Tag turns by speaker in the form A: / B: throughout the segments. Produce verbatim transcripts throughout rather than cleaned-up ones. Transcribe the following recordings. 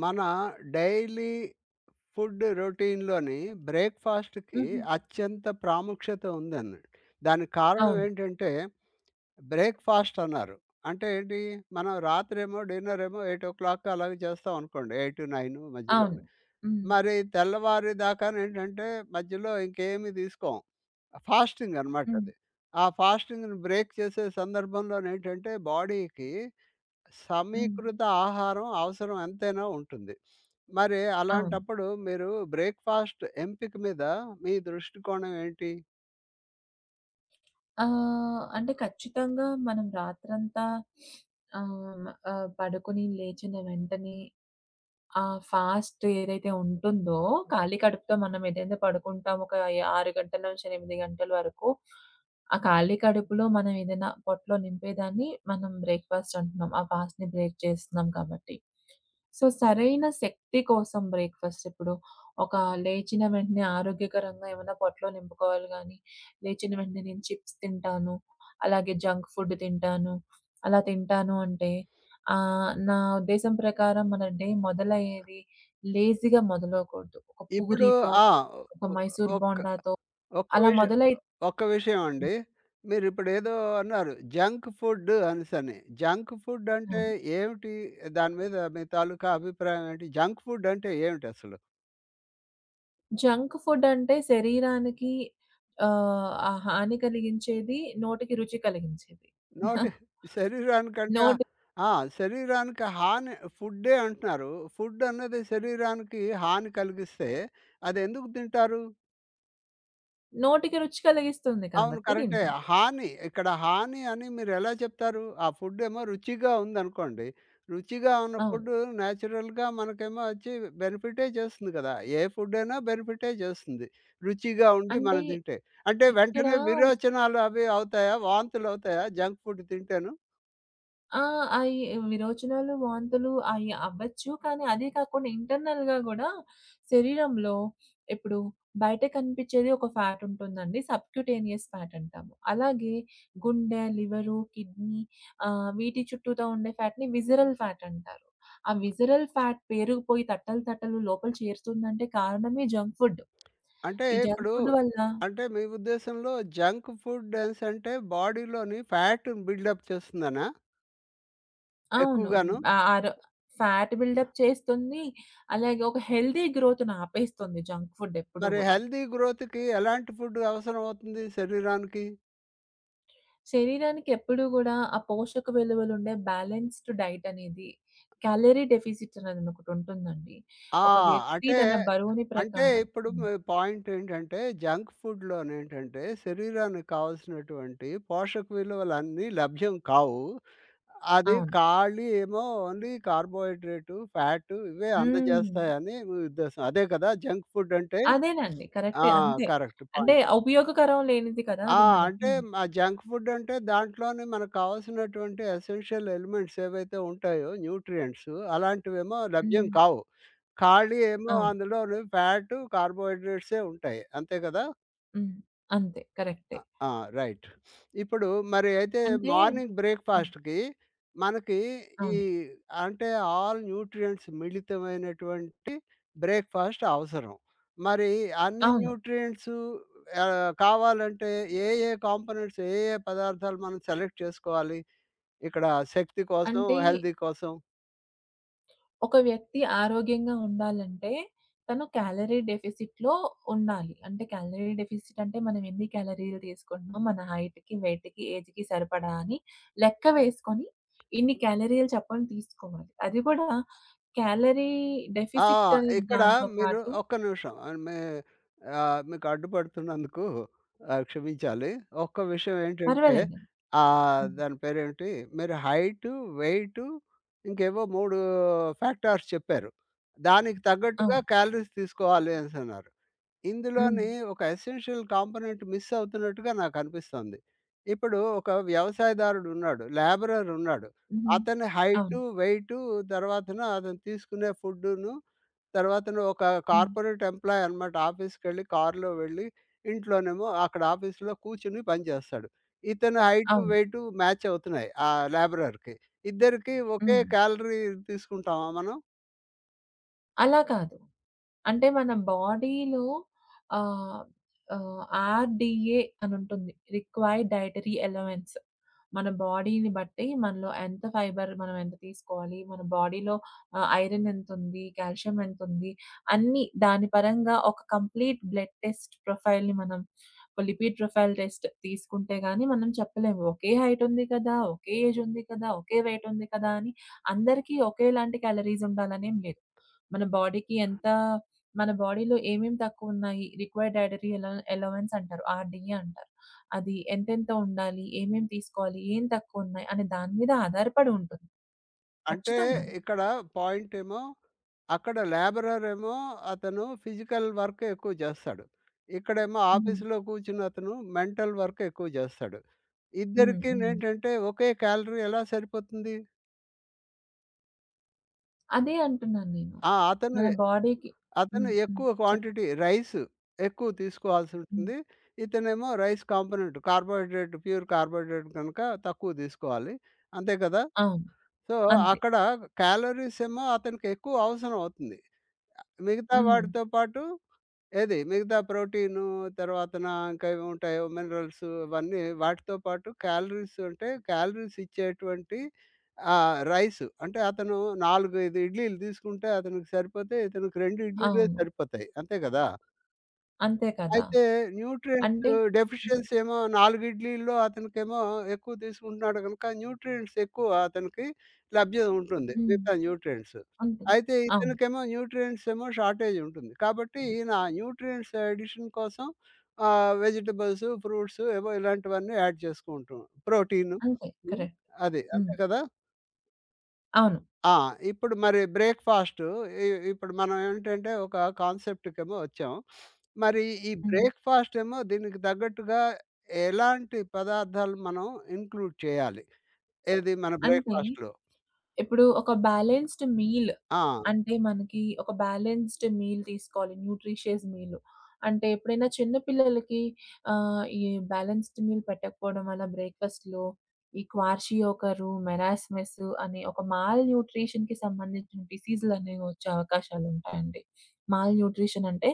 A: మన daily food రొటీన్‌లోని బ్రేక్‌ఫాస్ట్‌కి
B: హుహు.
A: అత్యంత ప్రాముఖ్యత ఉందనండి. దానికి కారణం
B: అవును.
A: ఏంటంటే, బ్రేక్‌ఫాస్ట్ అన్నారు. అంటే ఏంటి? మనం రాత్రేమో డిన్నరేమో ఎనిమిది గంటలకి అలాగే చేస్తాం అనుకోండి. ఎనిమిది, తొమ్మిది
B: అవును.
A: మధ్యలోనే.
B: హ్మ్.
A: మరి తెల్లవారి దాకానేంటంటే, మధ్యలో ఇంకేమి తీసుకోం. ఫాస్టింగ్ అనమాట
B: హ్మ్.
A: అది. ఆ ఫాస్టింగ్‌ని బ్రేక్ చేసే సందర్భంలోనేంటంటే, బాడీకి
B: హ్మ్.
A: సమీకృత ఆహారం అవసరం ఎంతైనా ఉంటుంది. మరి
B: అవును.
A: అలాంటప్పుడు మీరు బ్రేక్‌ఫాస్ట్ ఎంపిక మీద మీ దృష్టికోణం ఏంటి?
B: ఆహ్, అంటే ఖచ్చితంగా మనం రాత్రంతా ఆహ్, ఆహ్, పడుకొని లేచిన వెంటనే ఆ! ఫాస్ట్ ఏదైతే ఉంటుందో, ఖాళీ కడుపుతో మనం ఏదైతే పడుకుంటాం ఒక ఆరు గంటల నుంచి ఎనిమిది గంటల వరకు, ఆ ఖాళీ కడుపులో మనం ఏదైనా పొట్టలో నింపేదాన్ని మనం బ్రేక్‌ఫాస్ట్ అంటున్నాం. ఆ ఫాస్ట్‌ని బ్రేక్ చేస్తున్నాం కాబట్టి. సో, సరైన శక్తి కోసం బ్రేక్‌ఫాస్ట్ ఇప్పుడు ఒక లేచిన వెంటనే ఆరోగ్యకరంగా ఏమైనా పొట్టలో నింపుకోవాలి గానీ, లేచిన వెంటనే నేను చిప్స్ తింటాను, అలాగే జంక్ ఫుడ్ తింటాను, అలా తింటాను అంటే ఆహ్, నా ఉద్దేశం ప్రకారం మన డే మొదలయ్యేది లేజీగా మొదలవ్వకూడదు. ఒక
A: ఇప్పుడు
B: పూరితో,
A: ఆ!
B: ఒక
A: ఒ
B: మైసూర్
A: ఒక్క
B: బోండాతో
A: ఒక్క
B: అలా
A: విషయం
B: మొదలై
A: ఒక్క విషయం అండి. మీరిప్పుడేదో అన్నారు జంక్ ఫుడ్ అనేసని. జంక్ ఫుడ్ అంటే
B: అవును.
A: ఏమిటి? దాని మీద మీ తాలూకా అభిప్రాయం ఏంటి? జంక్ ఫుడ్ అంటే ఏమిటసలు?
B: జంక్ ఫుడ్ అంటే శరీరానికి ఆహ్, ఆ హాని కలిగించేది, నోటికి రుచి కలిగించేది.
A: నోటి శరీరానికంటే
B: నోటి
A: ఆ! శరీరానికి హాని ఫుడ్డే అంటున్నారు. ఫుడ్ అన్నది శరీరానికి హాని కలిగిస్తే అదెందుకు తింటారు?
B: నోటికి రుచి కలిగిస్తుంది
A: అవును.
B: కాబట్టి
A: కరెక్టే.
B: తింటారు.
A: హాని. ఇక్కడ హాని అని మీరెలా చెప్తారు? ఆ ఫుడ్ ఏమో రుచిగా ఉందనుకోండి. రుచిగా ఉన్న
B: అవును.
A: ఫుడ్ నేచురల్‌గా మనకేమో వచ్చి బెనిఫిటే చేస్తుంది కదా! ఏ ఫుడ్ అయినా బెనిఫిటే చేస్తుంది. రుచిగా ఉండి
B: అంటే
A: మనం తింటే. అంటే
B: ఇక్కడ
A: వెంటనే విరోచనాలు అవి అవుతాయా? వాంతులవుతాయా జంక్ ఫుడ్ తింటేను?
B: ఆ! అయి విరోచనాలు, వాంతులు అయి అవ్వచ్చు. కానీ అదే కాకుండా ఇంటర్నల్‌గా గూడా శరీరంలో ఇప్పుడు బయట కనిపిచ్చేది ఒక ఫ్యాట్ ఉంటుందండి. సబ్క్యూటేనియస్ ఫ్యాట్ అంటాము. అలాగే గుండె, లివరు, కిడ్నీ ఆహ్, వీటి చుట్టూతా ఉండే ఫ్యాట్‌ని విసరల్ ఫ్యాట్ అంటారు. ఆ విసరల్ ఫ్యాట్ పేరుకుపోయి తట్టలు, తట్టలు లోపల చేరుతుందంటే కారణమే జంక్ ఫుడ్.
A: అంటే
B: ఈ జంక్
A: ఇప్పుడు
B: ఫుడ్ వల్ల
A: అంటే మీ ఉద్దేశంలో జంక్ ఫుడ్ అనేసి అంటే బాడీలోని ఫ్యాట్‌ని బిల్డప్ చేస్తుందనా?
B: అవును.
A: ఎక్కువగాను.
B: ఆహ్, ఆరో ఫ్యాట్ బిల్డప్ చేస్తుంది. అలాగే ఒక హెల్తీ గ్రోత్‌ని ఆపేస్తుంది జంక్ ఫుడ్ ఎప్పుడూ
A: మరి
B: గూడా.
A: హెల్తీ గ్రోత్‌కి ఎలాంటి ఫుడ్ అవసరం అవుతుంది శరీరానికి?
B: శరీరానికి ఎప్పుడూ గూడా ఆ పోషక విలువలుండే బ్యాలెన్స్డ్ డైట్ అనేది క్యాలరీ డెఫిసిట్ అనేది ఒకటుంటుందండి.
A: ఆ!
B: ఒక వ్యక్తి
A: అంటే
B: తన బరువుని
A: అంటే
B: ప్రకారం
A: ఇప్పుడు
B: హ్మ్.
A: మీ పాయింట్ ఏంటంటే జంక్ ఫుడ్‌లోనేంటంటే శరీరానికి కావాల్సినటువంటి పోషక విలువలన్నీ లభ్యం కావు. అది
B: అవును.
A: ఖాళీ ఏమో ఓన్లీ కార్బోహైడ్రేటు, ఫ్యాటు ఇవే
B: హ్మ్.
A: అందజేస్తాయని మీ ఉద్దేశం. అదే కదా! జంక్ ఫుడ్ అంటే?
B: అదేనండి.
A: ఆ!
B: కరెక్టే. అంతే.
A: కరెక్ట్.
B: అంటే
A: పాయింట్.
B: ఉపయోగకరం లేనిది కదా!
A: ఆ!
B: అది
A: అంటే
B: మనకి.
A: ఆ జంక్ ఫుడ్ అంటే దాంట్లోనే మనకు కావాల్సినటువంటి ఎసెన్షియల్ ఎలిమెంట్స్ ఏవైతే ఉంటాయో న్యూట్రియంట్స్ అలాంటివేమో లభ్యం
B: హ్మ్.
A: కావు. ఖాళీ ఏమో
B: అవును.
A: అందులోను ఫ్యాటు, కార్బోహైడ్రేట్సే ఉంటాయి. అంతే కదా!
B: హ్మ్. అంతే. కరెక్టే.
A: అ! ఆ! రైట్. ఇప్పుడు మరి అయితే
B: అంటే
A: మార్నింగ్
B: హ్మ్.
A: బ్రేక్‌ఫాస్ట్‌కి మనకి ఈ
B: అవును.
A: అంటే ఆల్ న్యూట్రియంట్స్ మిళితమైనటువంటి బ్రేక్‌ఫాస్ట్ అవసరం. మరి అన్ని
B: అవును.
A: న్యూట్రియంట్స్ ఆహ్, కావాలంటే ఏ ఏ కాంపోనెంట్స్ ఏ ఏ పదార్థాలు మనం సెలెక్ట్ చేసుకోవాలి? ఇక్కడ శక్తి కోసం,
B: అంటే
A: హెల్తీ కోసం?
B: ఒక వ్యక్తి ఆరోగ్యంగా ఉండాలంటే తను క్యాలరీ డెఫిసిట్‌లో ఉండాలి. అంటే క్యాలరీ డెఫిసిట్ అంటే మనం ఎన్ని క్యాలరీలు తీసుకుంటున్నాం, మన హైట్‌కి, వెయిట్‌కి, ఏజ్‌కి సరిపడా అని లెక్క వేసుకొని ఇన్ని క్యాలరీలు చప్పున తీసుకోవాలి. అది కూడా క్యాలరీ
A: ఆ!
B: డెఫిసిట్ అనే
A: ఇక్కడ
B: దాంతో
A: మీరు
B: పాటు
A: ఒక్క నిమిషం. ఆహ్, మే ఆహ్, మీకు అడ్డుపడుతున్నందుకు ఆహ్, క్షమించాలి. ఒక్క విషయం ఏంటంటే
B: పర్వాలేదండి.
A: ఆహ్,
B: హ్మ్.
A: దాని పేరేంటి? మీరు హైటు, వెయిటు ఇంకేవో మూడు ఫ్యాక్టర్స్ చెప్పారు. దానికి తగ్గట్టుగా
B: అవును.
A: క్యాలరీస్ తీసుకోవాలి అనేసన్నారు.
B: హ్మ్.
A: ఇందులోని ఒక ఎసెన్షియల్ కాంపోనెంట్ మిస్ అవుతున్నట్టుగా నాకనిపిస్తోంది. ఇప్పుడు ఒక వ్యవసాయదారుడు ఉన్నాడు. లేబరర్ ఉన్నాడు.
B: హ్మ్.
A: అతని
B: అవును.
A: హైటు, వెయిటు తర్వాతన అతను తీసుకునే ఫుడ్డును తర్వాత నువ్వు ఒక
B: హ్మ్.
A: కార్పొరేట్ ఎంప్లాయీ అనమాట. ఆఫీస్‌కెళ్ళి కారులో వెళ్ళి, ఇంట్లోనేమో అక్కడ ఆఫీస్‌లో కూర్చొని పనిచేస్తాడు. ఇతని హైటు,
B: అవును.
A: వెయిటు మ్యాచ్ అవుతున్నాయి. ఆ లేబరర్‌కి. ఇద్దరికీ ఒకే
B: హ్మ్.
A: క్యాలరీ తీసుకుంటామా మనం?
B: అలా కాదు. అంటే మన బాడీలో ఆహ్, ఆహ్, ఆర్‌డీఏ అనుంటుంది. Required dietary allowance. మన బాడీని బట్టి మనలో ఎంత ఫైబర్ మనం ఎంత తీసుకోవాలి, మన బాడీలో ఆహ్, ఐరన్ ఎంతుంది, కాల్షియం ఎంతుంది, అన్నీ దాని పరంగా ఒక కంప్లీట్ బ్లడ్ టెస్ట్ ప్రొఫైల్‌ని మనం ఒక లిపిడ్ ప్రొఫైల్ టెస్ట్ తీసుకుంటే గాని మనం చెప్పలేము. ఒకే హైట్ ఉంది కదా! ఒకే ఏజ్ ఉంది కదా! ఒకే వెయిట్ ఉంది కదా! అని అందరికీ ఒకేలాంటి క్యాలరీస్ ఉండాలనేం లేదు. మన బాడీకి ఎంత మన బాడీలో ఏమేం తక్కువున్నాయి, రిక్వైర్డ్ డైటరీ అల అలవెన్స్ అంటారు. ఆర్‌డీఏ అంటారు. అది ఎంతెంత ఉండాలి, ఏమేం తీసుకోవాలి, ఏం తక్కువున్నాయి అనే దాని మీద ఆధారపడి ఉంటుంది.
A: అంటే
B: ఖచ్చితంగా.
A: ఇక్కడ పాయింట్ ఏమో, అక్కడ లేబరర్ ఏమో అతను ఫిజికల్ వర్క్ ఎక్కువ చేస్తాడు. ఇక్కడేమో
B: హ్మ్.
A: ఆఫీస్‌లో కూర్చున్న అతను మెంటల్ వర్క్ ఎక్కువ చేస్తాడు.
B: హ్మ్. హ్మ్.
A: ఇద్దరికినేంటంటే ఒకే క్యాలరీ ఎలా సరిపోతుంది?
B: అదే అంటున్నాను నేను.
A: ఆ! అతను
B: మన బాడీకి
A: అతను
B: హ్మ్. హ్మ్.
A: ఎక్కువ
B: చెప్పండి.
A: క్వాంటిటీ రైస్ ఎక్కువ
B: హ్మ్.
A: తీసుకోవాల్సుంటుంది. ఇతనేమో rice component carbohydrate pure carbohydrate గనుక తక్కువ తీసుకోవాలి. అంతే కదా!
B: అవును.
A: సో,
B: అంతే.
A: అక్కడ క్యాలరీస్ ఏమో అతనికి ఎక్కువ అవసరం అవుతుంది. మిగతా
B: హ్మ్.
A: వాటితో పాటు ఏది మిగతా ప్రోటీను తర్వాతన ఇంకా ఏమి ఉంటాయో మినరల్స్ ఇవన్నీ వాటితో పాటు క్యాలరీస్ అంటే క్యాలరీస్ ఇచ్చేటువంటి ఆహ్, రైస్ అంటే అతను నాలుగు, ఐదు ఇడ్లీలు తీసుకుంటే అతనికి సరిపోతాయి. ఇతనికి రెండు ఇడ్లీలే
B: అవును.
A: సరిపోతాయి. అంతే కదా!
B: అంతే కదా!
A: అయితే న్యూట్రియంట్స్
B: అంటే
A: డెఫిషియన్సీ ఏమో నాలుగు ఇడ్లీల్లో అతనికేమో ఎక్కువ తీసుకుంటున్నాడు గనుక న్యూట్రియంట్స్ ఎక్కువ అతనికి లభ్యం ఉంటుంది.
B: హ్మ్.
A: మిగతా న్యూట్రియంట్స్.
B: ఉంటుంది.
A: అయితే
B: అవును.
A: ఇతనికేమో న్యూట్రియంట్స్ ఏమో షార్టేజ్ ఉంటుంది. కాబట్టి ఈయన న్యూట్రియంట్స్ అడిషన్ కోసం ఆహ్, వెజిటబుల్స్, ఫ్రూట్స్ ఏవో ఇలాంటివన్నీ యాడ్ చేసుకుంటూ ప్రోటీన్.
B: అంతే.
A: హ్మ్.
B: కరెక్ట్.
A: అది అంతే
B: హ్మ్.
A: కదా!
B: అవును.
A: ఆ! ఇప్పుడు మరి బ్రేక్‌ఫాస్టు ఇ ఇప్పుడు మనం ఏంటంటే ఒక కాన్సెప్ట్‌కేమో వచ్చాం. మరి ఈ
B: హ్మ్.
A: బ్రేక్‌ఫాస్ట్ ఏమో దీనికి తగ్గట్టుగా ఎలాంటి పదార్థాలు మనం ఇంక్లూడ్ చేయాలి? ఏది మన
B: అంటే
A: బ్రేక్‌ఫాస్ట్‌లో?
B: ఇప్పుడు ఒక బ్యాలెన్స్‌డ్ మీల్
A: ఆ!
B: అంటే మనకి ఒక బ్యాలెన్స్‌డ్ మీల్ తీసుకోవాలి. Nutritious meal. అంటే ఎప్పుడైనా చిన్న పిల్లలకి ఆహ్, ఈ బ్యాలెన్స్‌డ్ మీల్ పెట్టకపోవడం వల్ల బ్రేక్‌ఫాస్ట్‌లో ఈ క్వార్షియోకరు, మెరాస్మస్ అనే ఒక మాల్ న్యూట్రిషన్‌కి సంబంధించిన డిసీజులనేవి వచ్చే అవకాశాలుంటాయండి. మాల్ న్యూట్రిషన్ అంటే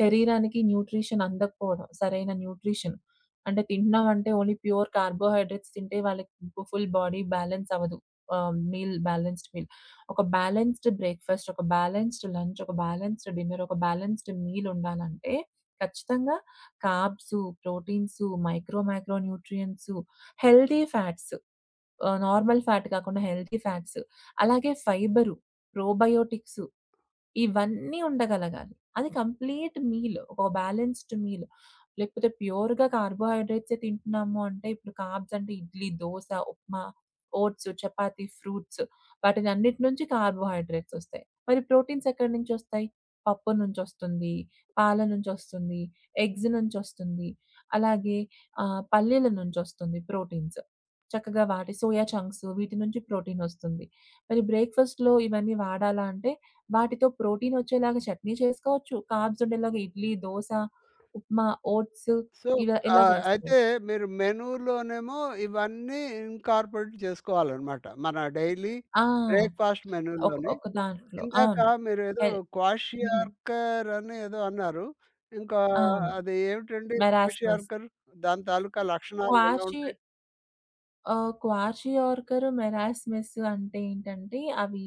B: శరీరానికి న్యూట్రిషన్ అందకపోవడం. సరైన న్యూట్రిషన్. అంటే తింటున్నామంటే ఓన్లీ ప్యూర్ కార్బోహైడ్రేట్స్ తింటే వాళ్ళకి ఫుల్ బాడీ బ్యాలెన్స్ అవ్వదు. Ah, meal balanced meal. ఒక బ్యాలెన్స్డ్ బ్రేక్‌ఫాస్ట్, ఒక బ్యాలెన్స్డ్ లంచ్, ఒక బ్యాలెన్స్డ్ డిన్నర్, ఒక బ్యాలెన్స్డ్ మీల్ ఉండాలంటే ఖచ్చితంగా carbs, proteins, micro, micronutrients, healthy fats ah, normal fat కాకుండా హెల్తీ ఫ్యాట్స్, అలాగే ఫైబరు, ప్రోబయోటిక్స్ ఇవన్నీ ఉండగలగాలి. అది కంప్లీట్ మీల్. ఒక బ్యాలెన్స్‌డ్ మీల్. లేకపోతే ప్యూర్‌గా కార్బోహైడ్రేట్సే తింటున్నాము అంటే ఇప్పుడు కార్బ్స్ అంటే ఇడ్లీ, దోస, ఉప్మా, ఓట్స్, చపాతీ, ఫ్రూట్స్ వాటినన్నిటి నుంచి కార్బోహైడ్రేట్స్ ఒస్తాయి. మరి ప్రోటీన్స్ ఎక్కడి నుంచొస్తాయి? పప్పు నుంచొస్తుంది, పాల నుంచొస్తుంది, ఎగ్స్ నుంచొస్తుంది. అలాగే ఆహ్, పల్లీల నుంచొస్తుంది ప్రోటీన్స్. చక్కగా వాటి సోయా చంక్స్ వీటి నుంచి ప్రోటీనొస్తుంది. మరి బ్రేక్‌ఫాస్ట్‌లో ఇవన్నీ వాడాలా అంటే వాటితో ప్రోటీనొచ్చేలాగా చట్నీ చేసుకోవచ్చు. కార్బ్స్ ఉండేలాగా ఇడ్లీ, దోస, ఉప్మా, ఓట్స్
A: సో,
B: ఇలా ఇలా
A: ఆహ్, అయితే
B: చేసుకోవచ్చు.
A: మీరు మెనూలోనేమో ఇవన్నీ ఇన్‌కార్పొరేట్ చేసుకోవాలనమాట. మన డైలీ
B: ఆ!
A: బ్రేక్‌ఫాస్ట్
B: ఒక
A: మెనూలోని.
B: ఒక దాంట్లో.
A: ఇందాక
B: అవును.
A: మీరేదో
B: హెల్ హుహు.
A: క్వాషియార్కర్ అని ఏదో అన్నారు. ఇంకా
B: అవును.
A: అది ఏమిటండి
B: మెరాస్మస్.
A: క్వాషియార్కర్? దాని తాలూకా లక్షణాలు ఎలా
B: క్వాషి
A: ఉంటాయి?
B: ఆహ్, క్వాషి ఆర్కర్, మెరాస్మస్ అంటే ఏంటంటే అవి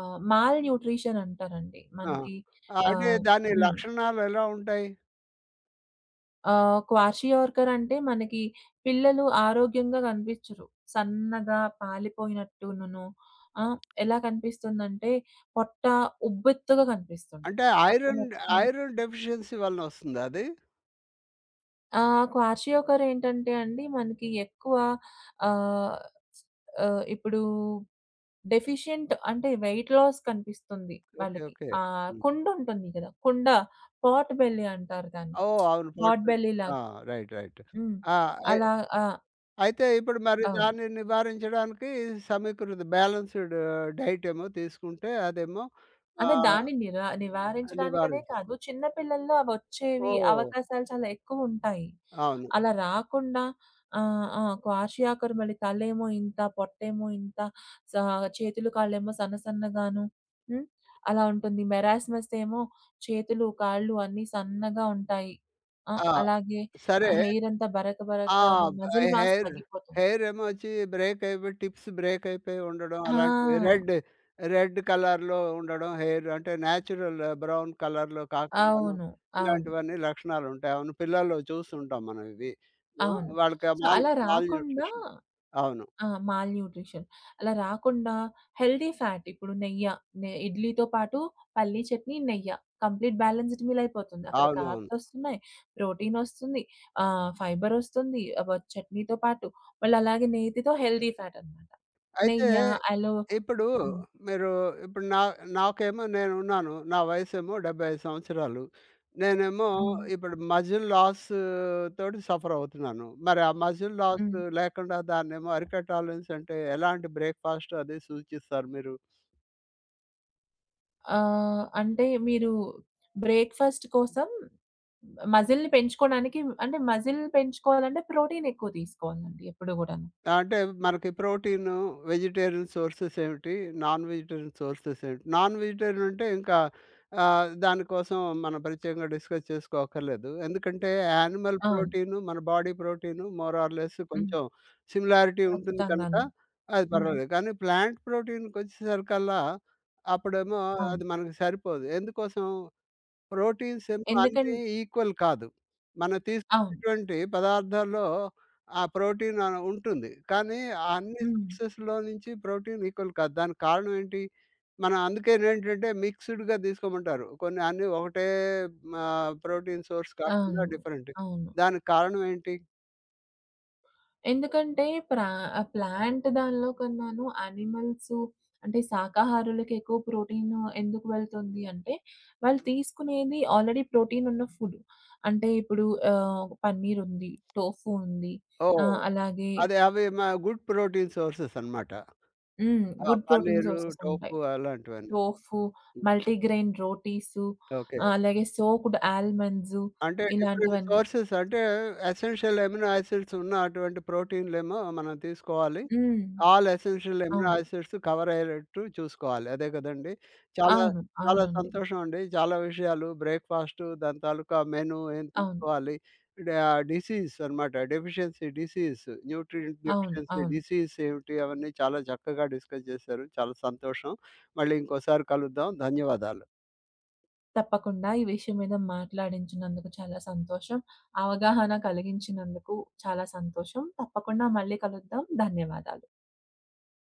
B: ఆహ్, మాల్ న్యూట్రిషన్ అంటారండి.
A: ఆ!
B: మనకి
A: ఆ! అంటే
B: ఆహ్
A: దాని
B: హ్మ్.
A: లక్షణాలు ఎలా ఉంటాయి?
B: ఆహ్, క్వాషియోర్కర్ అంటే మనకి పిల్లలు ఆరోగ్యంగా కనిపించరు. సన్నగా పాలిపోయినట్టునను ఆ! ఎలా కనిపిస్తుందంటే పొట్ట ఉబ్బెత్తుగా కనిపిస్తుంది.
A: అంటే
B: పొట్ట
A: ఐరన్
B: మొత్తం
A: ఐరన్ డెఫిషియన్సీ వలన వస్తుందా అది?
B: ఆ! క్వాషియోకర్ ఏంటంటే అండి మనకి ఎక్కువ ఆహ్, ఆహ్, ఇప్పుడు డెఫిషియంట్ అంటే వెయిట్ లాస్ కనిపిస్తుంది
A: ఓకే.
B: వాళ్ళకి.
A: ఓకే.
B: ఆహ్,
A: హ్మ్.
B: కుండ ఉంటుంది కదా! కుండ పాట్ బెల్లీ అంటారు దాన్ని.
A: ఓహ్! అవును.
B: పాట్
A: పొట్లది.
B: బెల్లీ
A: ఆ!
B: లాగా.
A: రైట్. రైట్.
B: హ్మ్.
A: ఆ! అయి
B: అలా ఆ!
A: అయితే ఇప్పుడు మరి
B: అవును.
A: దాన్ని నివారించడానికి సమీకృత బ్యాలెన్స్‌డ్ డైట్ ఏమో తీసుకుంటే అదేమో
B: అంటే
A: ఆహ్,
B: దాన్ని నిరా నివారించడానికనే
A: నివారించు.
B: కాదు, చిన్న పిల్లల్లో అవొచ్చేవి
A: ఓహ్!
B: అవకాశాలు చాలా ఎక్కువుంటాయి.
A: అవును.
B: అలా రాకుండా ఆహ్, ఆ! క్వాషియాకర్ మళ్ళీ తలేమో ఇంత, పొట్టేమో ఇంత, సా చేతులు, కాళ్ళేమో సన్న సన్నగాను హ్మ్. అలా ఉంటుంది. మెరాస్మస్ ఏమో చేతులు, కాళ్ళు అన్నీ సన్నగా ఉంటాయి. ఆ!
A: ఆ!
B: అలాగే
A: సరే.
B: ఆహ్, హెయిర్ అంతా బరక
A: ఆ!
B: బరకగాను
A: బ్
B: మజిల్ మాస్
A: హెయిర్,
B: తగ్గిపోతుంది.
A: హెయిర్ ఏమో వచ్చి బ్రేక్ అయిపోయి టిప్స్ బ్రేక్ అయిపోయి ఉండడం అలాంటివి.
B: ఆ!
A: రెడ్, రెడ్ కలర్‌లో ఉండడం హెయిర్ అంటే నేచురల్ బ్రౌన్ కలర్‌లో కాకుండాను
B: అవును. అవును.
A: ఇలాంటివన్నీ లక్షణాలుంటాయి. అవును. పిల్లల్లో చూస్తుంటాం మనం ఇవి. ఆ!
B: అవును.
A: వాళ్ళకి
B: సో,
A: మాల్
B: అలా రాకుండా
A: మాల్‌న్యూట్రిషన్. అవును.
B: ఆ! Malnutrition. అలా రాకుండా హెల్తీ ఫ్యాట్ ఇప్పుడు నెయ్య, నె ఇడ్లీతో పాటు పల్లీ చట్నీ, నెయ్య కంప్లీట్ బ్యాలెన్స్‌డ్ మీల్ అయిపోతుంది. అక్కడ
A: అవునవును.
B: కార్బ్స్ వస్తున్నాయి, ప్రోటీన్ వస్తుంది, ఆహ్, ఫైబర్ వస్తుంది. అవ చట్నీతో పాటు మళ్ళీ అలాగే నేతితో హెల్తీ ఫ్యాట్ అన్నమాట.
A: అయితే
B: నెయ్య, అలో
A: ఇప్పుడు
B: హ్మ్.
A: మీరు ఇప్పుడు నా నాకేమో నేనున్నాను. నా వయసేమో డెబ్బై ఐదు సంవత్సరాలు. నేనేమో
B: హ్మ్.
A: ఇప్పుడు మజిల్ లాస్ తోటి సఫర్ అవుతున్నాను. మరి ఆ మజిల్ లాస్
B: హ్మ్.
A: లేకుండా దాన్నేమో అరికట్టాలనేసంటే ఎలాంటి బ్రేక్‌ఫాస్ట్ అది సూచిస్తారు మీరు?
B: ఆహ్, అంటే మీరు బ్రేక్‌ఫాస్ట్ కోసం మజిల్‌ని పెంచుకోవడానికి అంటే మజిల్ పెంచుకోవాలంటే ప్రోటీన్ ఎక్కువ తీసుకోవాలండి ఎప్పుడు గూడాను.
A: అంటే మనకి ప్రోటీను, వెజిటేరియన్ సోర్సెస్ ఏమిటి? నాన్ వెజిటేరియన్ సోర్సెస్ ఏమిటి? నాన్ వెజిటేరియన్ అంటే ఇంకా ఆహ్, దానికోసం మనం ప్రత్యేకంగా డిస్కస్ చేసుకోక్కర్లేదు. ఎందుకంటే యానిమల్
B: అవును.
A: ప్రోటీను, మన body protein more or less
B: హ్మ్.
A: కొంచెం సిమిలారిటీ ఉంటుంది కనుక
B: ఖచ్చితంగాను.
A: అది
B: హ్మ్.
A: పర్వాలేదు. కానీ ప్లాంట్ ప్రోటీన్‌కొచ్చేసరికల్లా అప్పుడేమో
B: అవును.
A: అది మనకు సరిపోదు. ఎందుకోసం? ప్రోటీన్స్ ఏమో
B: ఎందుకన్
A: అన్నీ ఈక్వల్ కాదు. మనం
B: అవును.
A: తీసుకునేటువంటి పదార్థాల్లో ఆ ప్రోటీన్ ఆహ్, ఉంటుంది. కానీ ఆ అన్ని
B: హ్మ్.
A: సోర్సెస్‌లో నుంచి ప్రోటీన్ ఈక్వల్ కాదు. దానికి కారణం ఏంటి? మనం అందుకేనేంటంటే మిక్స్‌డ్‌గా తీసుకోమంటారు. కొన్ని అన్నీ ఒకటే ఆహ్, ప్రోటీన్ సోర్స్ కాకుండా
B: అవును.
A: డిఫరెంట్.
B: అవును.
A: దానికి కారణం ఏంటి?
B: ఎందుకంటే ప్రా ఆహ్, ప్లాంట్ దానిలో కన్నాను యానిమల్స్ అంటే శాకాహారులకి ఎక్కువ ప్రోటీన్ ఎందుకు వెళ్తుంది అంటే, వాళ్ళు తీసుకునేది ఆల్రెడీ ప్రోటీన్ ఉన్న ఫుడ్. అంటే ఇప్పుడు ఆహ్, పన్నీర్ ఉంది, టోఫు ఉంది.
A: ఓహ్!
B: ఆహ్, అలాగే
A: అదే అవి మ గుడ్ ప్రోటీన్ సోర్సెస్ అన్నమాట.
B: హ్మ్.
A: ఆ
B: గుడ్ ప్రోటీన్
A: పన్నీరు,
B: సోర్సెస్ ఉంటాయి.
A: టోఫు అలాంటివన్నీ.
B: టోఫు, మల్టీగ్రెయిన్ రోటీసు,
A: ఓకే.
B: ఆహ్, అలాగే సోక్డ్ ఆల్మండ్స్
A: అంటే డిఫరెంట్
B: ఇలాంటివన్నీ.
A: సోర్సెస్ అంటే ఎసెన్షియల్ ఎమినో యాసిడ్స్ ఉన్న అటువంటి ప్రోటీన్‌లేమో మనం తీసుకోవాలి.
B: హ్మ్.
A: ఆల్ ఎసెన్షియల్ ఎమినో
B: అవును.
A: యాసిడ్స్ కవర్ అయ్యేటట్టు చూసుకోవాలి. అదే కదండీ! చాలా
B: అవును.
A: చాలా
B: అవునండి.
A: సంతోషం అండి. చాలా విషయాలు బ్రేక్‌ఫాస్టు దాని తాలూకా మెను ఏం
B: అవును.
A: తీసుకోవాలి. డా డిసీజ్ అనమాట. డెఫిషియన్సీ డిసీజ్, న్యూట్రియంట్
B: అవును.
A: డెఫిషియన్సీ
B: అవును.
A: డిసీజ్ ఏమిటి అవన్నీ చాలా చక్కగా డిస్కస్ చేశారు. చాలా సంతోషం. మళ్ళీ ఇంకోసారి కలుద్దాం. ధన్యవాదాలు.
B: తప్పకుండా ఈ విషయం మీద మాట్లాడించినందుకు చాలా సంతోషం. అవగాహన కలిగించినందుకు చాలా సంతోషం. తప్పకుండా మళ్ళీ కలుద్దాం. ధన్యవాదాలు.